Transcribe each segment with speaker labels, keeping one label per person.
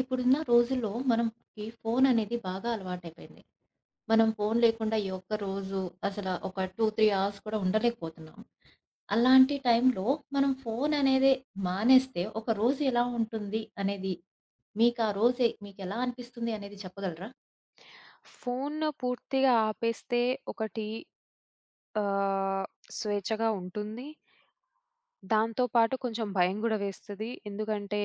Speaker 1: ఇప్పుడున్న రోజుల్లో మనకి ఫోన్ అనేది బాగా అలవాటైపోయింది. మనం ఫోన్ లేకుండా ఈ ఒక్క రోజు అసల ఒక 2, 3 అవర్స్ కూడా ఉండలేకపోతున్నాం. అలాంటి టైంలో మనం ఫోన్ అనేది మానేస్తే ఒక రోజు ఎలా ఉంటుంది అనేది మీకు ఆ రోజు మీకెలా అనిపిస్తుంది అనేది చెప్పగలరా?
Speaker 2: ఫోను పూర్తిగా ఆపేస్తే ఒకటి ఆహ్, స్వేచ్ఛగా ఉంటుంది. దాంతో పాటు కొంచెం భయం గూడా వేస్తది. ఎందుకంటే,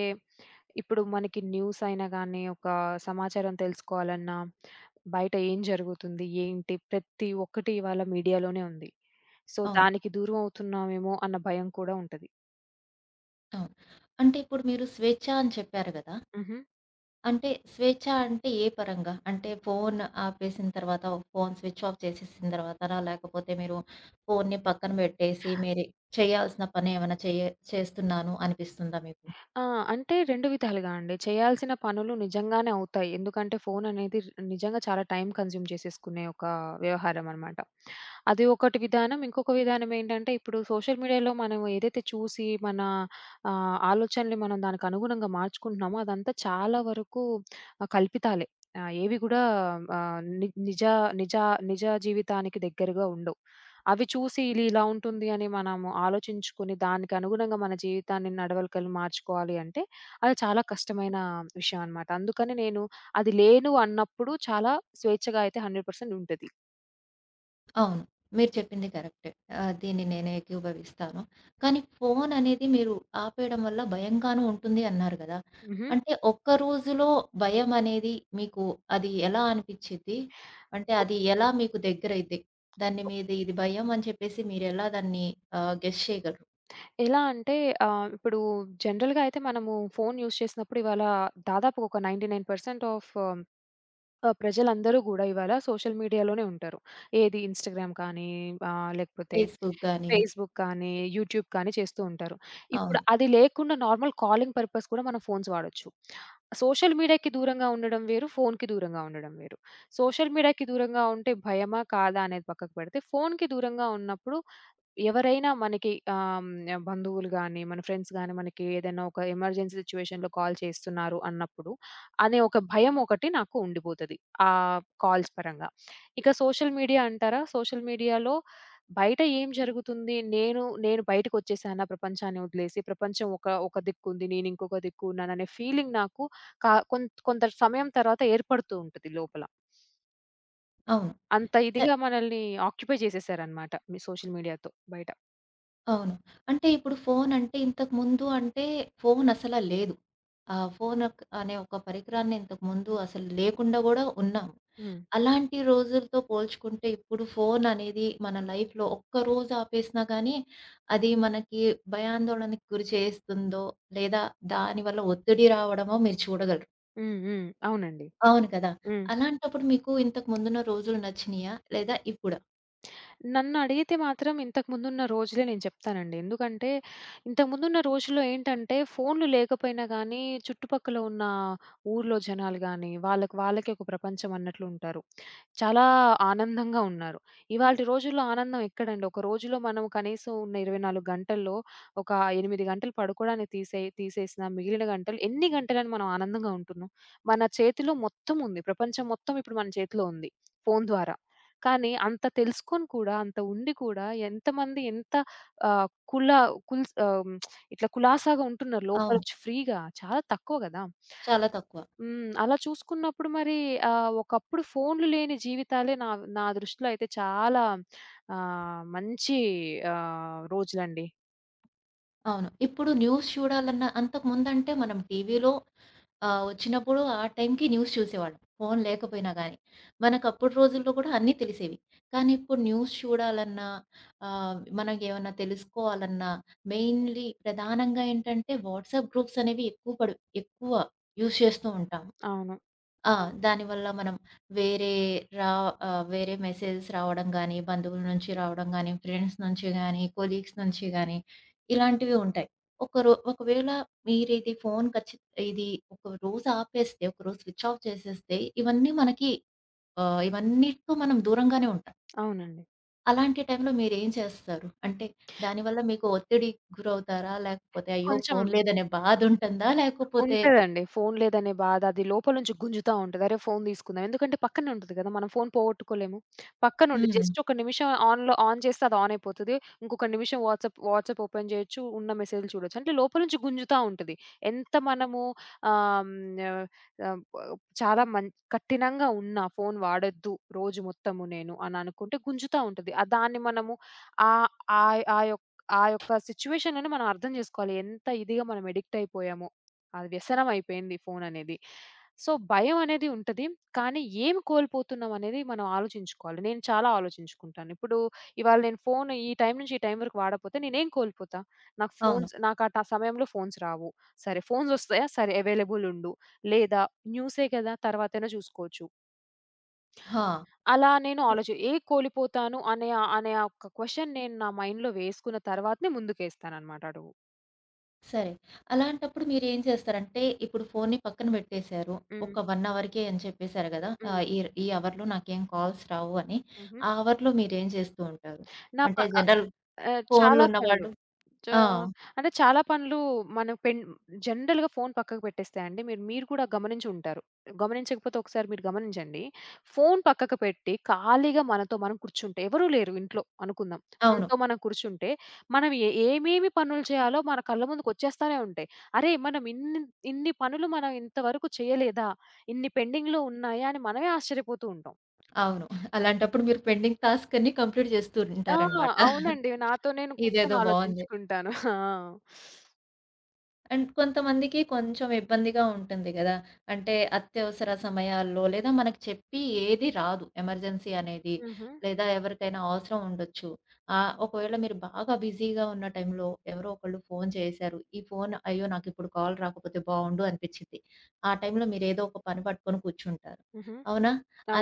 Speaker 2: ఇప్పుడు మనకి న్యూస్ అయినా గానీ, ఒక సమాచారం తెలుసుకోవాలన్నా, బయట ఏం జరుగుతుంది, ఏంటి, ప్రతి ఒక్కటి ఇవాళ మీడియాలోనే ఉంది. సో,
Speaker 1: అవును,
Speaker 2: దానికి దూరం అవుతున్నామేమో అన్న భయం కూడా ఉంటది.
Speaker 1: అవును. అంటే ఇప్పుడు మీరు స్వేచ్ఛ అని చెప్పారు గదా!
Speaker 2: హుహు.
Speaker 1: అంటే స్వేచ్ఛ అంటే ఏ పరంగా? అంటే ఫోన్ ఆపేసిన తర్వాత, ఫోన్ స్విచ్ ఆఫ్ చేసేసిన తర్వాతనా? లేకపోతే మీరు ఫోన్‌ని పక్కన పెట్టేసి, మీరు చేయాల్సిన పని ఏమైనా చేస్తున్నాను అనిపిస్తుందా మీకు?
Speaker 2: ఆ! అంటే 2 విధాలుగా అండి. చేయాల్సిన పనులు నిజంగానే అవుతాయి. ఎందుకంటే ఫోననేది నిజంగా చాలా టైం కన్జ్యూమ్ చేసేసుకునే ఒక వ్యవహారం అనమాట. అది ఒకటి విధానం. ఇంకొక విధానం ఏంటంటే ఇప్పుడు సోషల్ మీడియాలో మనం ఏదైతే చూసి మన ఆలోచనలు మనం దానికి అనుగుణంగా మార్చుకుంటున్నామో అదంతా చాలా వరకు కల్పితాలే. ఏవి గూడా ఆహ్, ని నిజ నిజ నిజ జీవితానికి దగ్గరగా ఉండవు. అవి చూసి ఇది ఇలా ఉంటుంది అని మనము ఆలోచించుకొని, దానికి అనుగుణంగా మన జీవితాన్ని నడవలికలు మార్చుకోవాలి అంటే, అది చాలా కష్టమైన విషయం అనమాట. అందుకని నేను అది లేను అన్నప్పుడు చాలా స్వేచ్ఛగా అయితే 100% ఉంటది.
Speaker 1: అవును, మీరు చెప్పింది కరెక్టే. దీన్ని నేనే ఏకీభవిస్తాను. కానీ ఫోననేది మీరు ఆపేయడం వల్ల భయంగాను ఉంటుంది అన్నారు గదా!
Speaker 2: హుహు.
Speaker 1: అంటే ఒక్క రోజులో భయమనేది మీకు అది ఎలా అనిపిచ్చిద్ది? అంటే అది ఎలా మీకు దగ్గరైద్ది? దాన్ని మీది ఇది భయం అని చెప్పేసి మీరెలా దాన్ని గెస్ చేయగలరు?
Speaker 2: ఎలా అంటే ఇప్పుడు జనరల్‌గా అయితే మనము ఫోను యూజ్ చేసినప్పుడు ఇవాళ దాదాపు ఒక 99% ఆఫ్ ఆ! ప్రజలందరూ గూడా ఇవాళ సోషల్ మీడియాలోనే ఉంటారు. ఏది ఇన్‌స్టాగ్రామ్ కానీ లేకపోతే
Speaker 1: ఫేస్‌బుక్ గాని
Speaker 2: ఫేస్‌బుక్ కానీ, యూట్యూబ్ కానీ చేస్తూ ఉంటారు. ఇప్పుడు
Speaker 1: అవును,
Speaker 2: అది లేకుండా నార్మల్ కాలింగ్ పర్పస్ కూడా మనం ఫోన్స్ వాడొచ్చు. సోషల్ మీడియాకి దూరంగా ఉండడం వేరు, ఫోన్‌కి దూరంగా ఉండడం వేరు. సోషల్ మీడియాకి దూరంగా ఉంటే భయమా? కాదా? అనేది పక్కకు పెడితే ఫోన్‌కి దూరంగా ఉన్నప్పుడు ఎవరైనా మనకి బంధువులు గాని, మన ఫ్రెండ్స్ గాని మనకి ఏదైనా ఒక ఎమర్జెన్సీ సిట్యుయేషన్‌లో కాల్ చేస్తున్నారు అన్నప్పుడు అనే ఒక భయం ఒకటి నాకు ఉండిపోతది. కాల్స్ పరంగా. ఇక సోషల్ మీడియా అంటారా? సోషల్ మీడియాలో బయట ఏం జరుగుతుంది? నేను నేను బయటకొచ్చేసానా ప్రపంచాన్ని వదిలేసి, ప్రపంచం ఒక ఒక దిక్కుంది, నేను ఇంకొక దిక్కున్నాననే ఫీలింగ్ నాకు కా కొం కొంత సమయం తర్వాత ఏర్పడుతూ ఉంటది లోపల.
Speaker 1: అవును.
Speaker 2: అంత
Speaker 1: స
Speaker 2: ఇదిగా మనల్ని ఆక్యుపై చేసేసారనమాట మీ సోషల్ మీడియాతో బయట.
Speaker 1: అవును. అంటే ఇప్పుడు ఫోనంటే ఇంతకుముందు అంటే ఫోనసలా లేదు. ఆ ఫోన్ అక్ అనే ఒక పరికరాన్ని ఇంతకుముందు అసలు లేకుండా గూడా ఉన్నాం.
Speaker 2: హ్మ్.
Speaker 1: అలాంటి రోజులతో పోల్చుకుంటే ఇప్పుడు ఫోన్ అనేది మన లైఫ్‌లో ఒక్క రోజు ఆపేసినా గానీ, అది మనకి భయాందోళనకి గురి చేస్తుందో, లేదా దాని వల్ల ఒత్తిడి రావడమో మీరు చూడగలరు.
Speaker 2: హ్మ్. హ్మ్. అవునండి.
Speaker 1: అవును కదా!
Speaker 2: హ్మ్.
Speaker 1: అలాంటప్పుడు మీకు ఇంతకు ముందున్న రోజులు నచ్చినియా? లేదా ఇప్పుడా?
Speaker 2: నన్నడిగితే మాత్రం ఇంతకుముందున్న రోజులే నేను చెప్తానండి. ఎందుకంటే, ఇంతకుముందున్న రోజుల్లో ఏంటంటే, ఫోన్‌లు లేకపోయినా గానీ, చుట్టుపక్కల ఉన్న ఊర్లో జనాలు గానీ, వాళ్ళకి వాళ్ళకే ఒక ప్రపంచం అన్నట్లు ఉంటారు. చాలా ఆనందంగా ఉన్నారు. ఇవాల్టి రోజుల్లో ఆనందం ఎక్కడండి? ఒక రోజులో మనం కనీసం ఉన్న 24 గంటల్లో ఒక 8 గంటలు పడుకోవడానికి తీసేసినా మిగిలిన గంటలు ఎన్ని గంటలని మనం ఆనందంగా ఉంటున్నాం? మన చేతిలో మొత్తం ఉంది. ప్రపంచం మొత్తం ఇప్పుడు మన చేతిలో ఉంది ఫోను ద్వారా. కానీ అంత తెలుసుకొని కూడా, అంత ఉండి కూడా ఎంతమంది ఎంత ఆహ్, కుల కుల్స్ ఇట్లా కులాసాగా ఉంటున్నారు
Speaker 1: అవును,
Speaker 2: లోపలొచ్చి ఫ్రీగా. చాలా తక్కువ గదా!
Speaker 1: చాలా తక్కువ.
Speaker 2: హ్మ్. అలా చూసుకున్నప్పుడు మరి ఒకప్పుడు ఫోన్‌లు లేని జీవితాలే నా నా దృష్టిలో అయితే చాలా మంచి రోజులండి.
Speaker 1: అవును. ఇప్పుడు న్యూస్ చూడాలన్నా అంతకుముందంటే మనం టీవీలో ఆ వచ్చినప్పుడు ఆ టైంకి న్యూస్ చూసేవాళ్ళం, ఫోను లేకపోయినా గానీ. మనకప్పుడు రోజుల్లో కూడా అన్నీ తెలిసేవి. కానీ ఇప్పుడు న్యూస్ చూడాలన్నా, మనకేమన్నా తెలుసుకోవాలన్నా మెయిన్‌లీ ప్రధానంగా ఏంటంటే వాట్సాప్ గ్రూప్స్ అనేవి ఎక్కువ యూజ్ చేస్తూ ఉంటాము.
Speaker 2: అవును.
Speaker 1: ఆ, దానివల్ల మనం వేరే రా వేరే మెసేజెస్ రావడం గానీ, బంధువుల నుంచి రావడం గానీ, ఫ్రెండ్స్ నుంచి గానీ, కొలీగ్స్ నుంచి గానీ ఇలాంటివి ఉంటాయి. ఒకరో ఒకవేళ మీరిది ఫోను ఖచ్చి ఇది ఒక రోజు ఆపేస్తే, ఒకరోజు స్విచ్ ఆఫ్ చేసేస్తే, ఇవన్నీ మనకి ఇవన్నిటితో మనం దూరంగానే ఉంటాం.
Speaker 2: అవునండి.
Speaker 1: అలాంటి టైంలో మీరేం చేస్తారు? అంటే దానివల్ల మీకు ఒత్తిడికి గురవుతారా? లేకపోతే అయ్యో,
Speaker 2: కొంచెం
Speaker 1: ఫోను లేదనే బాధుంటుందా? లేకపోతే
Speaker 2: ఉంటదండి. ఫోను లేదనే బాధ, అది లోపల నుంచి గుంజుతా ఉంటది. అరే! ఫోను తీసుకుందాం. ఎందుకంటే పక్కనే ఉంటది కదా! మనం ఫోను పోగొట్టుకోలేము. పక్కనుండి
Speaker 1: హ్మ్.
Speaker 2: జస్ట్ ఒక నిమిషం ఆన్‌లో ఆన్ చేస్తే అది ఆన్ అయిపోతది. ఇంకొక నిమిషం వాట్సాప్ ఓపెన్ చేయొచ్చు. ఉన్న మెసేజ్‌లు చూడొచ్చు. అంటే లోపల నుంచి గుంజుతా ఉంటది. ఎంత మనము ఆహ్, హ్మ్, ఆహ్, చాలా మం కఠినంగా ఉన్నా ఫోను వాడొద్దు రోజు మొత్తము నేను అని అనుకుంటే గుంజుతా ఉంటది. దాన్ని మనము ఆహ్, ఆహ్, ఆ యొక్క ఆ యొక్క సిట్యుయేషన్‌లోనే మనం అర్థం చేసుకోవాలి. ఎంత ఇదిగా మనం అడిక్ట్ అయిపోయామో. అది వ్యసనం అయిపోయింది ఫోననేది. సో, భయమనేది ఉంటది. కానీ ఏం కోల్పోతున్నామనేది మనం ఆలోచించుకోవాలి. నేను చాలా ఆలోచించుకుంటాను. ఇప్పుడు ఇవాళ నేను ఫోన్ ఈ టైం నుంచి ఈ టైం వరకు వాడకపోతే నేనేం కోల్పోతా?
Speaker 1: అవును.
Speaker 2: నాకు సమయంలో ఫోన్స్ రావు. సరే ఫోన్సొస్తాయా? సరే అవైలబుల్ ఉండు. లేదా న్యూసే కదా! తర్వాతైనా చూసుకోవచ్చు.
Speaker 1: ఆ,
Speaker 2: అలా నేను ఆలోచి ఏ కోల్పోతాను అనే ఆ ఒక్క క్వెషన్ నేను నా మైండ్‌లో వేసుకున్న తర్వాతనే ముందుకేస్తాననమాట అడుగు.
Speaker 1: సరే. అలాంటప్పుడు మీరేం చేస్తారంటే, ఇప్పుడు ఫోనుని పక్కన పెట్టేశారు. ఒక
Speaker 2: హ్మ్.
Speaker 1: 1 అవర్‌కే అని చెప్పేశారు గదా!
Speaker 2: హ్మ్.
Speaker 1: ఆహ్, ఈ ఈ అవర్‌లో నాకేం కాల్స్ రావు అని.
Speaker 2: హుహు.
Speaker 1: ఆ అవర్‌లో మీరేం చేస్తూ ఉంటారు?
Speaker 2: నా ప
Speaker 1: అంటే జనరల్
Speaker 2: చాలా పనులు.
Speaker 1: ఫోన్లున్నవాళ్ళు
Speaker 2: చా
Speaker 1: ఆ,
Speaker 2: అంటే చాలా పనులు మనం పెన్ జనరల్‌గా ఫోను పక్కకు పెట్టేస్తాయండి. మీరు మీరు కూడా గమనించుంటారు. గమనించకపోతే ఒకసారి మీరు గమనించండి. ఫోను పక్కకు పెట్టి ఖాళీగా మనతో మనం కూర్చుంటే ఎవరూ లేరు ఇంట్లో అనుకుందాం.
Speaker 1: అవును,
Speaker 2: మనతో మనం కూర్చుంటే మనం ఏమేమి పనులు చేయాలో మన కళ్ళ ముందుకొచ్చేస్తానే ఉంటాయి. అరే! మనం ఇన్ని ఇన్ని పనులు మనం ఇంతవరకు చేయలేదా? ఇన్ని పెండింగ్‌లో ఉన్నాయా? అని మనమే ఆశ్చర్యపోతూ ఉంటాం.
Speaker 1: అవును. అలాంటప్పుడు మీరు పెండింగ్ టాస్క్ అన్ని కంప్లీట్ చేస్తూ
Speaker 2: ఆ!
Speaker 1: ఉంటారనమాట.
Speaker 2: అవునండి. నాతో నేను కూర్చొని
Speaker 1: ఇదేదో బావుంది.
Speaker 2: ఆలోచించుకుంటాను. ఆ!
Speaker 1: అండ్ కొంతమందికి కొంచెం ఇబ్బందిగా ఉంటుంది గదా! అంటే అత్యవసర సమయాల్లో లేదా మనకు చెప్పి ఏది రాదు ఎమర్జెన్సీ అనేది.
Speaker 2: హుహు.
Speaker 1: లేదా ఎవరికైనా అవసరం ఉండొచ్చు. ఒకవేళ మీరు బాగా బిజీగా ఉన్న టైంలో ఎవరో ఒకళ్ళు ఫోను చేశారు. ఈ ఫోన్ అయ్యో, నాకిప్పుడు కాల్ రాకపోతే బావుండు అనిపిచ్చిద్ది. ఆ టైంలో మీరేదో ఒక పని పట్టుకొని కూర్చుంటారు.
Speaker 2: హుహు.
Speaker 1: అవునా?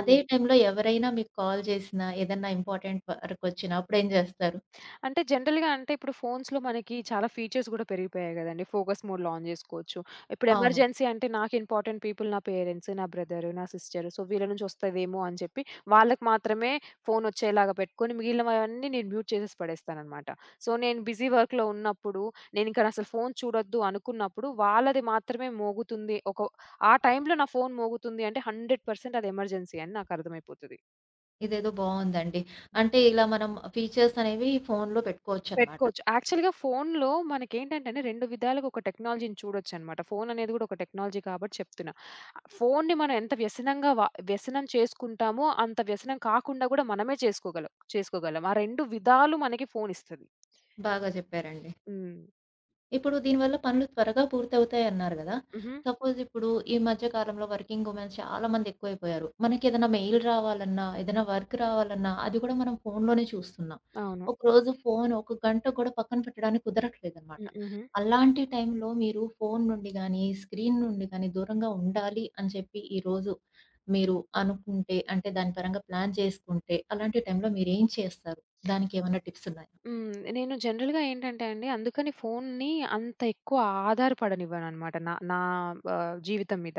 Speaker 1: అదే టైంలో ఎవరైనా మీకు కాల్ చేసినా, ఏదన్నా ఇంపార్టెంట్ వర్కొచ్చినా అప్పుడేం జేస్తారు?
Speaker 2: అంటే జనరల్‌గా అంటే ఇప్పుడు ఫోన్స్‌లో మనకి చాలా ఫీచర్స్ గూడా పెరిగిపోయాయి గదండీ! ఫోకస్ మోడ్‌లో ఆన్ జేసుకోవచ్చు. ఇప్పుడు
Speaker 1: అవును,
Speaker 2: ఎమర్జెన్సీ అంటే నాకు ఇంపార్టెంట్ పీపుల్ నా పేరెంట్స్, నా బ్రదర్, నా సిస్టర్. సో, వీళ్ళ నుంచి ఒస్తదేమో అని చెప్పి వాళ్ళకి మాత్రమే ఫోన్ ఒచ్చేలాగా పెట్టుకొని మిగిలినవన్నీ నేను మ్యూట్ చేసేసి పడేస్తాననమాట. సో, నేను బిజీ వర్క్‌లో ఉన్నప్పుడు నేనింక అసలు ఫోన్ చూడొద్దు అనుకున్నప్పుడు వాళ్ళది మాత్రమే మోగుతుంది. ఆ టైంలో నా ఫోన్ మోగుతుంది అంటే 100% అది ఎమర్జెన్సీ అని నాకు అర్థమైపోతది.
Speaker 1: ఇదేదో బావుందండి. అంటే ఇలా మనం ఫీచర్స్ అనేవి ఫోనులో పెట్టుకోవచ్చనమాట.
Speaker 2: పెట్టుకోవచ్చు. యాక్చువల్‌గా ఫోన్‌లో మనకేంటంటే అండి 2 విధాలుగా ఒక టెక్నాలజీని చూడొచ్చనమాట. ఫోన్ అనేది గూడా ఒక టెక్నాలజీ కాబట్టి చెప్తున్నా. ఫోన్‌ని మనం ఎంత వ్యసనం చేసుకుంటామో, అంత వ్యసనం కాకుండా గూడా మనమే చేసుకోగలం చేసుకోగలం. ఆ 2 విధాలు మనకి ఫోనిస్తది.
Speaker 1: బాగా చెప్పారండి.
Speaker 2: హ్మ్.
Speaker 1: ఇప్పుడు దీనివల్ల పనులు త్వరగా పూర్తవుతాయన్నారు గదా!
Speaker 2: హుహు.
Speaker 1: సపోజ్ ఇప్పుడు ఈ మధ్య కాలంలో వర్కింగ్ ఉమెన్స్ చాలా మంది ఎక్కువైపోయారు. మనకేదైనా మెయిల్ రావాలన్నా, ఏదైనా వర్క్ రావాలన్నా అది కూడా మనం ఫోన్‌లోనే చూస్తున్నాం.
Speaker 2: అవును.
Speaker 1: ఒకరోజు ఫోన్ ఒక గంట కూడా పక్కన పెట్టడానికి కుదరట్లేదనమాట.
Speaker 2: హ్మ్. హుహు.
Speaker 1: అలాంటి టైంలో మీరు ఫోన్ నుండి గానీ, స్క్రీన్ నుండి గానీ దూరంగా ఉండాలి అని చెప్పి ఈరోజు మీరు అనుకుంటే అంటే దాని పరంగా ప్లాన్ చేసుకుంటే అలాంటి టైంలో మీరేం చేస్తారు? దానికేమన్నా టిప్సున్నాయా?
Speaker 2: హ్మ్. నేను జనరల్‌గా ఏంటంటే అండి, అందుకని ఫోన్‌ని అంత ఎక్కువ ఆధారపడనివ్వననమాట. నా నా జీవితం మీద.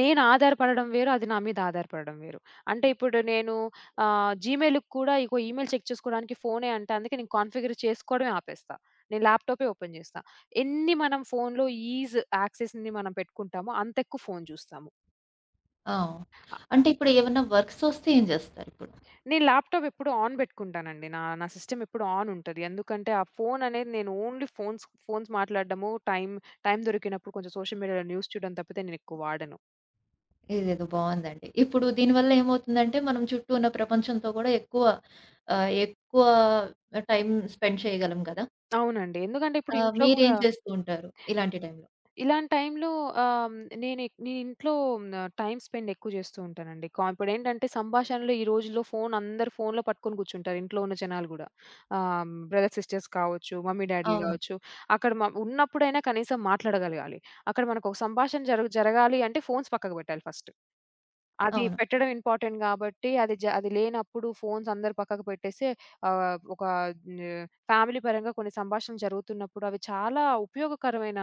Speaker 2: నేను ఆధారపడడం వేరు, అది నా మీద ఆధారపడడం వేరు. అంటే ఇప్పుడు నేను జీమెయిల్‌కి కూడా ఈమెయిల్ చెక్ చేసుకోవడానికి ఫోనే అంటే, అందుకే నేను కాన్ఫిగర్ చేసుకోవడమే ఆపేస్తా. నేను ల్యాప్‌టాపే ఓపెన్ చేస్తా. ఎన్ని మనం ఫోన్‌లో ఈజ్ యాక్సెస్‌ని మనం పెట్టుకుంటామో, అంత ఎక్కువ ఫోన్ చూస్తాము.
Speaker 1: ఆ, అంటే ఇప్పుడు ఏమన్నా వర్క్స్ వస్తే ఏం జేస్తారిప్పుడు?
Speaker 2: నేను ల్యాప్‌టాప్ ఎప్పుడు ఆన్ బెట్టుకుంటానండి. నా నా సిస్టమ్ ఎప్పుడు ఆన్ ఉంటది. ఎందుకంటే, ఆ ఫోన్ అనేది నేను ఓన్లీ ఫోన్స్ ఫోన్స్ మాట్లాడడము, టైం టైం దొరికినప్పుడు కొంచెం సోషల్ మీడియాలో న్యూస్ చూడడం తప్పితే నేనెక్కువ వాడను.
Speaker 1: ఇదేదో బావుందండి. ఇప్పుడు దీనివల్ల ఏమవుతుందంటే, మనం చుట్టూ ఉన్న ప్రపంచంతో గూడా ఎక్కువ ఎక్కువ టైమ్ స్పెండ్ చేయగలం గదా!
Speaker 2: అవునండి. ఎందుకంటే, ఇప్పుడు
Speaker 1: ఆహ్,
Speaker 2: ఇంట్లో
Speaker 1: మీరేం
Speaker 2: గూడా
Speaker 1: చేస్తూ ఉంటారు ఇలాంటి టైంలో?
Speaker 2: ఇలాంటి టైంలో ఆహ్, నేను ఎక్ నేను ఇంట్లో టైమ్ స్పెండ్ ఎక్కువ చేస్తూ ఉంటానండి. ఇప్పుడేంటంటే సంభాషణలు ఈ రోజుల్లో ఫోన్ అందరూ ఫోన్‌లో పట్టుకొని కూర్చుంటారు ఇంట్లో ఉన్న జనాలు గూడా. బ్రదర్ సిస్టర్స్ కావచ్చు, మమ్మీ డ్యాడీలు
Speaker 1: అవును.
Speaker 2: కావచ్చు. అక్కడ మ ఉన్నప్పుడైనా కనీసం మాట్లాడగలగాలి. అక్కడ మనకొక సంభాషణ జరగాలి అంటే ఫోన్స్ పక్కకు పెట్టాలి ఫస్ట్. అది
Speaker 1: అవును.
Speaker 2: పెట్టడం ఇంపార్టెంట్ గాబట్టి అది లేనప్పుడు ఫోన్స్ అందరూ పక్కకు పెట్టేసి ఆహ్, ఒక న్ ఫ్యామిలీ పరంగా కొన్ని సంభాషణలు జరుగుతున్నప్పుడు అవి చాలా ఉపయోగకరమైన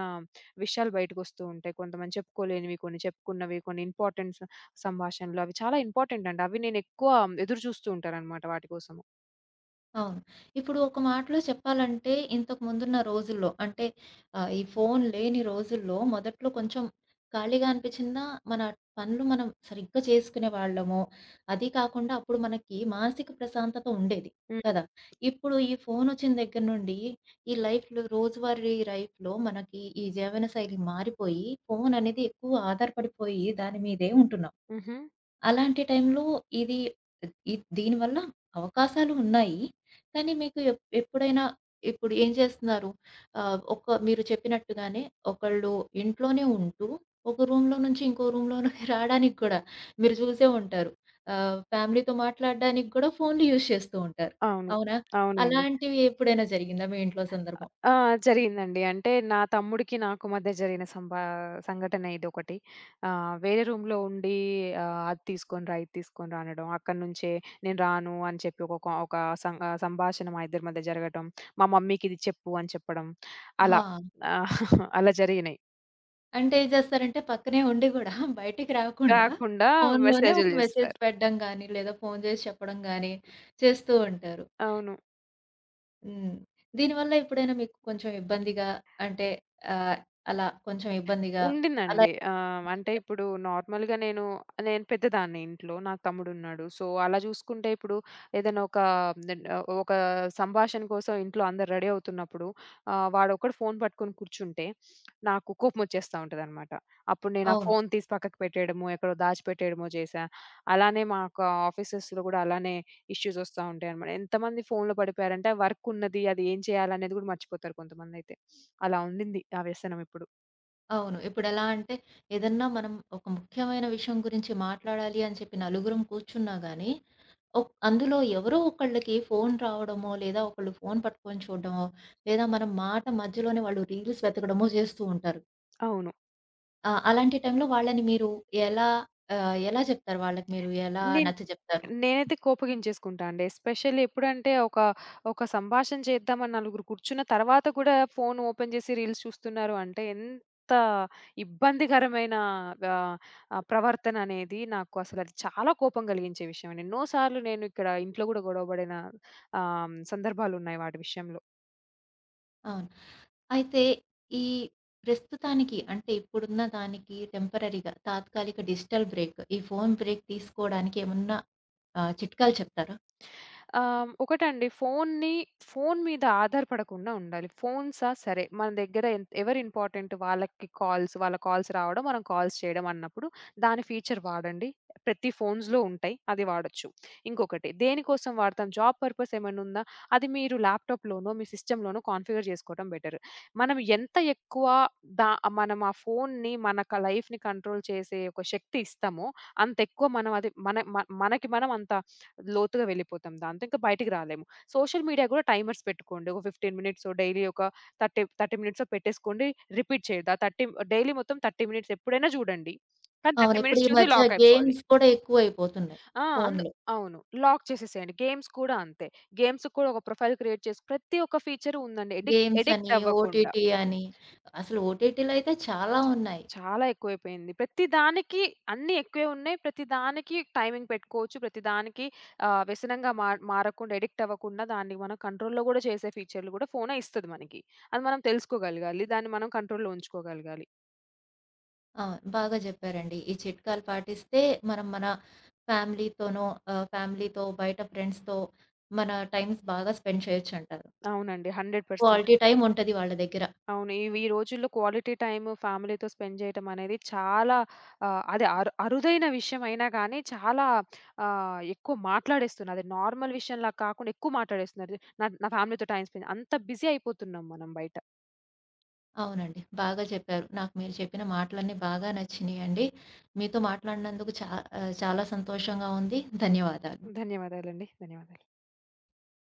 Speaker 2: విషయాలు బయటకొస్తూ ఉంటాయి. కొంతమంది చెప్పుకోలేనివి, కొన్ని చెప్పుకున్నవి, కొన్ని ఇంపార్టెన్స్ సంభాషణలు అవి చాలా ఇంపార్టెంట్ అండి. అవి నేనెక్కువ ఎదురు చూస్తూ ఉంటాననమాట వాటి కోసము.
Speaker 1: అవును. ఇప్పుడు ఒక మాటలో చెప్పాలంటే, ఇంతకు ముందున్న రోజుల్లో అంటే ఈ ఫోను లేని రోజుల్లో మొదట్లో కొంచెం ఖాళీగా అనిపించినా, మన పనులు మనం సరిగ్గా చేసుకునే వాళ్ళము. అది కాకుండా అప్పుడు మనకి మానసిక ప్రశాంతత ఉండేది
Speaker 2: హ్మ్.
Speaker 1: కదా! ఇప్పుడు ఈ ఫోనొచ్చిన దగ్గర నుండి ఈ లైఫ్‌లో రోజువారీ లైఫ్‌లో మనకి ఈ జీవనశైలి మారిపోయి, ఫోననేది ఎక్కువ ఆధారపడిపోయి దాని మీదే ఉంటున్నాం.
Speaker 2: హుహు.
Speaker 1: అలాంటి టైంలో ఇది ఇ దీనివల్ల అవకాశాలు ఉన్నాయి. కానీ మీకు ఎప్పుడైనా ఇప్పుడు ఏం చేస్తున్నారు? ఆహ్, ఒక మీరు చెప్పినట్టుగానే ఒకళ్ళు ఇంట్లోనే ఉంటూ, ఒక రూమ్‌లో నుంచి ఇంకో రూమ్‌లోకి రాడానికి కూడా మీరు చూసే ఉంటారు. ఆహ్, ఫ్యామిలీతో మాట్లాడడానికి కూడా ఫోన్‌లు యూజ్ చేస్తూ ఉంటారు.
Speaker 2: అవును.
Speaker 1: అవునా?
Speaker 2: అవునండి.
Speaker 1: అలాంటివి ఎప్పుడైనా జరిగిందా మీ ఇంట్లో సందర్భం?
Speaker 2: ఆ! జరిగిందండి. అంటే నా తమ్ముడికి నాకు మధ్య జరిగిన సంఘటన ఇదొకటి. వేరే రూమ్‌లో ఉండి అది తీసుకొని రా, ఇది తీసుకొని రా అనడం. అక్కడి నుంచే నేను రాను అని చెప్పి ఒక సంభాషణ మా ఇద్దరి మధ్య జరగటం. మా మమ్మీకి ఇది చెప్పు అని చెప్పడం. అలా.
Speaker 1: ఆ,
Speaker 2: ఆ, అలా జరిగినాయి.
Speaker 1: అంటే ఏం చేస్తారంటే పక్కనే ఉండి గూడా బయటికి రాకుండా
Speaker 2: కాకుండా
Speaker 1: ఫోనులోనే ఒక
Speaker 2: మెసేజ్‌లు
Speaker 1: మెసేజ్
Speaker 2: జేస్తారు.
Speaker 1: పెట్టడం గానీ, లేదా ఫోను జేసి చెప్పడం గానీ చేస్తూ ఉంటారు.
Speaker 2: అవును.
Speaker 1: హ్మ్. దీనివల్ల ఎప్పుడైనా మీకు కొంచెం ఇబ్బందిగా అంటే ఆహ్, అలా కొంచెం ఇబ్బందిగా అలా
Speaker 2: ఉండిందండి. అంటే
Speaker 1: అనిపించిందా?
Speaker 2: ఇప్పుడు నార్మల్‌గా నేను, నేను పెద్దదాన్ని ఇంట్లో. నాకు తమ్ముడున్నాడు. సో, అలా చూసుకుంటే ఇప్పుడు ఏదైనా ఒక సంభాషణ కోసం ఇంట్లో అందరూ రెడీ అవుతున్నప్పుడు వాడొక్కడు ఫోను పట్టుకొని కూర్చుంటే నాకు కోపమొచ్చేస్తా ఉంటదనమాట. అప్పుడు నేను ఆ
Speaker 1: అవును,
Speaker 2: ఫోను తీసి పక్కకు పెట్టేయడమో, ఎక్కడో దాచిపెట్టేయడమో చేశా. అలానే మాకు ఆఫీసెస్‌లో గూడా అలానే ఇష్యూస్ వస్తా ఉంటాయనమాట. ఎంతమంది ఫోనులో పడిపోయారంటే వర్కున్నది, అది ఏం చేయాలనేది గూడా మర్చిపోతారు కొంతమందైతే. అలా ఉండింది ఆ వ్యసనం ఇప్పుడు.
Speaker 1: అవును. ఇప్పుడెలా అంటే ఏదన్నా మనం ఒక ముఖ్యమైన విషయం గురించి మాట్లాడాలి అని చెప్పి నలుగురం కూర్చున్నా గానీ, అందులో ఎవరో ఒకళ్ళకి ఫోను రావడమో, లేదా ఒకళ్ళు ఫోను పట్టుకొని చూడడమో, లేదా మనం మాట మధ్యలోనే వాళ్ళు రీల్స్ వెతకడమో చేస్తూ ఉంటారు.
Speaker 2: అవును.
Speaker 1: ఆ, అలాంటి టైంలో వాళ్ళని మీరు ఎలా ఎలా చెప్తారు? వాళ్ళకి మీరు ఎలా
Speaker 2: నేను
Speaker 1: నచ్చజెప్తారు?
Speaker 2: నేనైతే కోపగించేసుకుంటా అండి. ఎస్పెషల్లీ ఎప్పుడంటే ఒక సంభాషణ చేద్దామని నలుగురు కూర్చున్న తర్వాత కూడా ఫోను ఓపెన్ చేసి రీల్స్ చూస్తున్నారు అంటే ఎంత ఇబ్బందికరమైన ఆహ్, ఆహ్, ప్రవర్తన అనేది నాకు అసలు అది చాలా కోపం కలిగించే విషయం అండి. ఎన్నో సార్లు నేను ఇక్కడ ఇంట్లో గూడా గొడవ పడిన సందర్భాలున్నాయి వాటి విషయంలో.
Speaker 1: అవును. అయితే ఈ ప్రస్తుతానికి అంటే ఇప్పుడున్న దానికి టెంపరరీగా తాత్కాలిక డిజిటల్ బ్రేక్, ఈ ఫోను బ్రేక్ తీసుకోవడానికి ఏమన్నా చిట్కాలు చెప్తారా?
Speaker 2: ఒకటండి ఫోను మీద ఆధారపడకుండా ఉండాలి. ఫోన్సా సరే మన దగ్గర ఎవరు ఇంపార్టెంట్ వాళ్ళ కాల్స్ రావడం, మనం కాల్స్ చేయడం అన్నప్పుడు దాని ఫీచర్ వాడండి. ప్రతి ఫోన్స్‌లో ఉంటాయి. అది వాడొచ్చు. ఇంకొకటి దేనికోసం వాడతాం జాబ్ పర్పస్ ఏమైనా ఉందా? అది మీరు ల్యాప్‌టాప్‌లోనో, మీ సిస్టమ్‌లోనో కాన్ఫిగర్ చేసుకోవడం బెటర్. మనం ఎంత ఎక్కువ దా మనం ఆ ఫోన్ని మన క లైఫ్‌ని కంట్రోల్ చేసే ఒక శక్తి ఇస్తామో, అంత ఎక్కువ మనం అది మన మ మనకి మనం అంత లోతుగా వెళ్ళిపోతాం దాంతో. ఇంకా బయటికి రాలేము. సోషల్ మీడియా గూడా టైమర్స్ పెట్టుకోండి. ఒక 15 మినిట్సో, డైలీ ఒక 30 మినిట్సో పెట్టేసుకోండి. రిపీట్ చేయొద్దు. ఆ 30 డైలీ మొత్తం 30 మినిట్స్ ఎప్పుడైనా జూడండి. కానీ
Speaker 1: అవును.
Speaker 2: 30
Speaker 1: ఇప్పుడు ఈ
Speaker 2: మినిట్స్ చూసి
Speaker 1: మధ్య
Speaker 2: లాక్ అయిపోవాలి.
Speaker 1: గేమ్స్ కూడా ఎక్కువైపోతున్నాయి
Speaker 2: ఆ! అందు
Speaker 1: ఫోనులో.
Speaker 2: అవును. లాక్ చేసేసేయండి. గేమ్స్ కూడా అంతే. గేమ్స్‌కి కూడా ఒక ప్రొఫైల్ క్రియేట్ చేసి ప్రతి ఒక్క ఫీచర్ ఉందండి. ఎడిక్ట్
Speaker 1: గేమ్స్ అని,
Speaker 2: ఎడిక్ట్ అవ్వకుండా.
Speaker 1: ఓటీటీ అని. అసలు ఓటీటీలో అయితే చాలా ఉన్నాయి.
Speaker 2: చాలా ఎక్కువైపోయింది. ప్రతి దానికి అన్నీ ఎక్కువే ఉన్నాయి. ప్రతి దానికి టైమింగ్ పెట్టుకోవచ్చు. ప్రతి దానికి ఆహ్, వ్యసనంగా మార్ మారకుండా అడిక్ట్ అవ్వకుండా దాన్ని మనం కంట్రోల్‌లో గూడా చేసే ఫీచర్‌లు గూడా ఫోనే ఇస్తది మనకి. అది మనం తెలుసుకోగలగాలి. దాన్ని మనం కంట్రోల్‌లో ఉంచుకోగలగాలి.
Speaker 1: అవును, బాగా జెప్పారండి. ఈ చిట్కాలు పాటిస్తే మనం మన ఫ్యామిలీతోనో ఆహ్, ఫ్యామిలీతో బయట ఫ్రెండ్స్‌తో మన టైమ్స్ బాగా స్పెండ్ చేయొచ్చంటారు.
Speaker 2: అవునండి. 100%
Speaker 1: క్వాలిటీ టైమ్ ఉంటది వాళ్ళ దగ్గర.
Speaker 2: అవును. ఇవి ఈ రోజుల్లో క్వాలిటీ టైమ్ ఫ్యామిలీతో స్పెండ్ చేయటం అనేది చాలా ఆహ్, అది అరు అరుదైన విషయం అయినా గానీ, చాలా ఎక్కువ మాట్లాడేస్తున్నారు. అది నార్మల్ విషయంలా కాకుండా ఎక్కువ మాట్లాడేస్తున్నారు. నా నా ఫ్యామిలీతో టైమ్ స్పెండ్ అంత బిజీ అయిపోతున్నాం మనం బయట.
Speaker 1: అవునండి, బాగా చెప్పారు. నాకు మీరు చెప్పిన మాటలన్నీ బాగా నచ్చినియండి. మీతో మాట్లాడినందుకు ఆహ్, చాలా సంతోషంగా ఉంది. ధన్యవాదాలు.
Speaker 2: ధన్యవాదాలండి. ధన్యవాదాలు.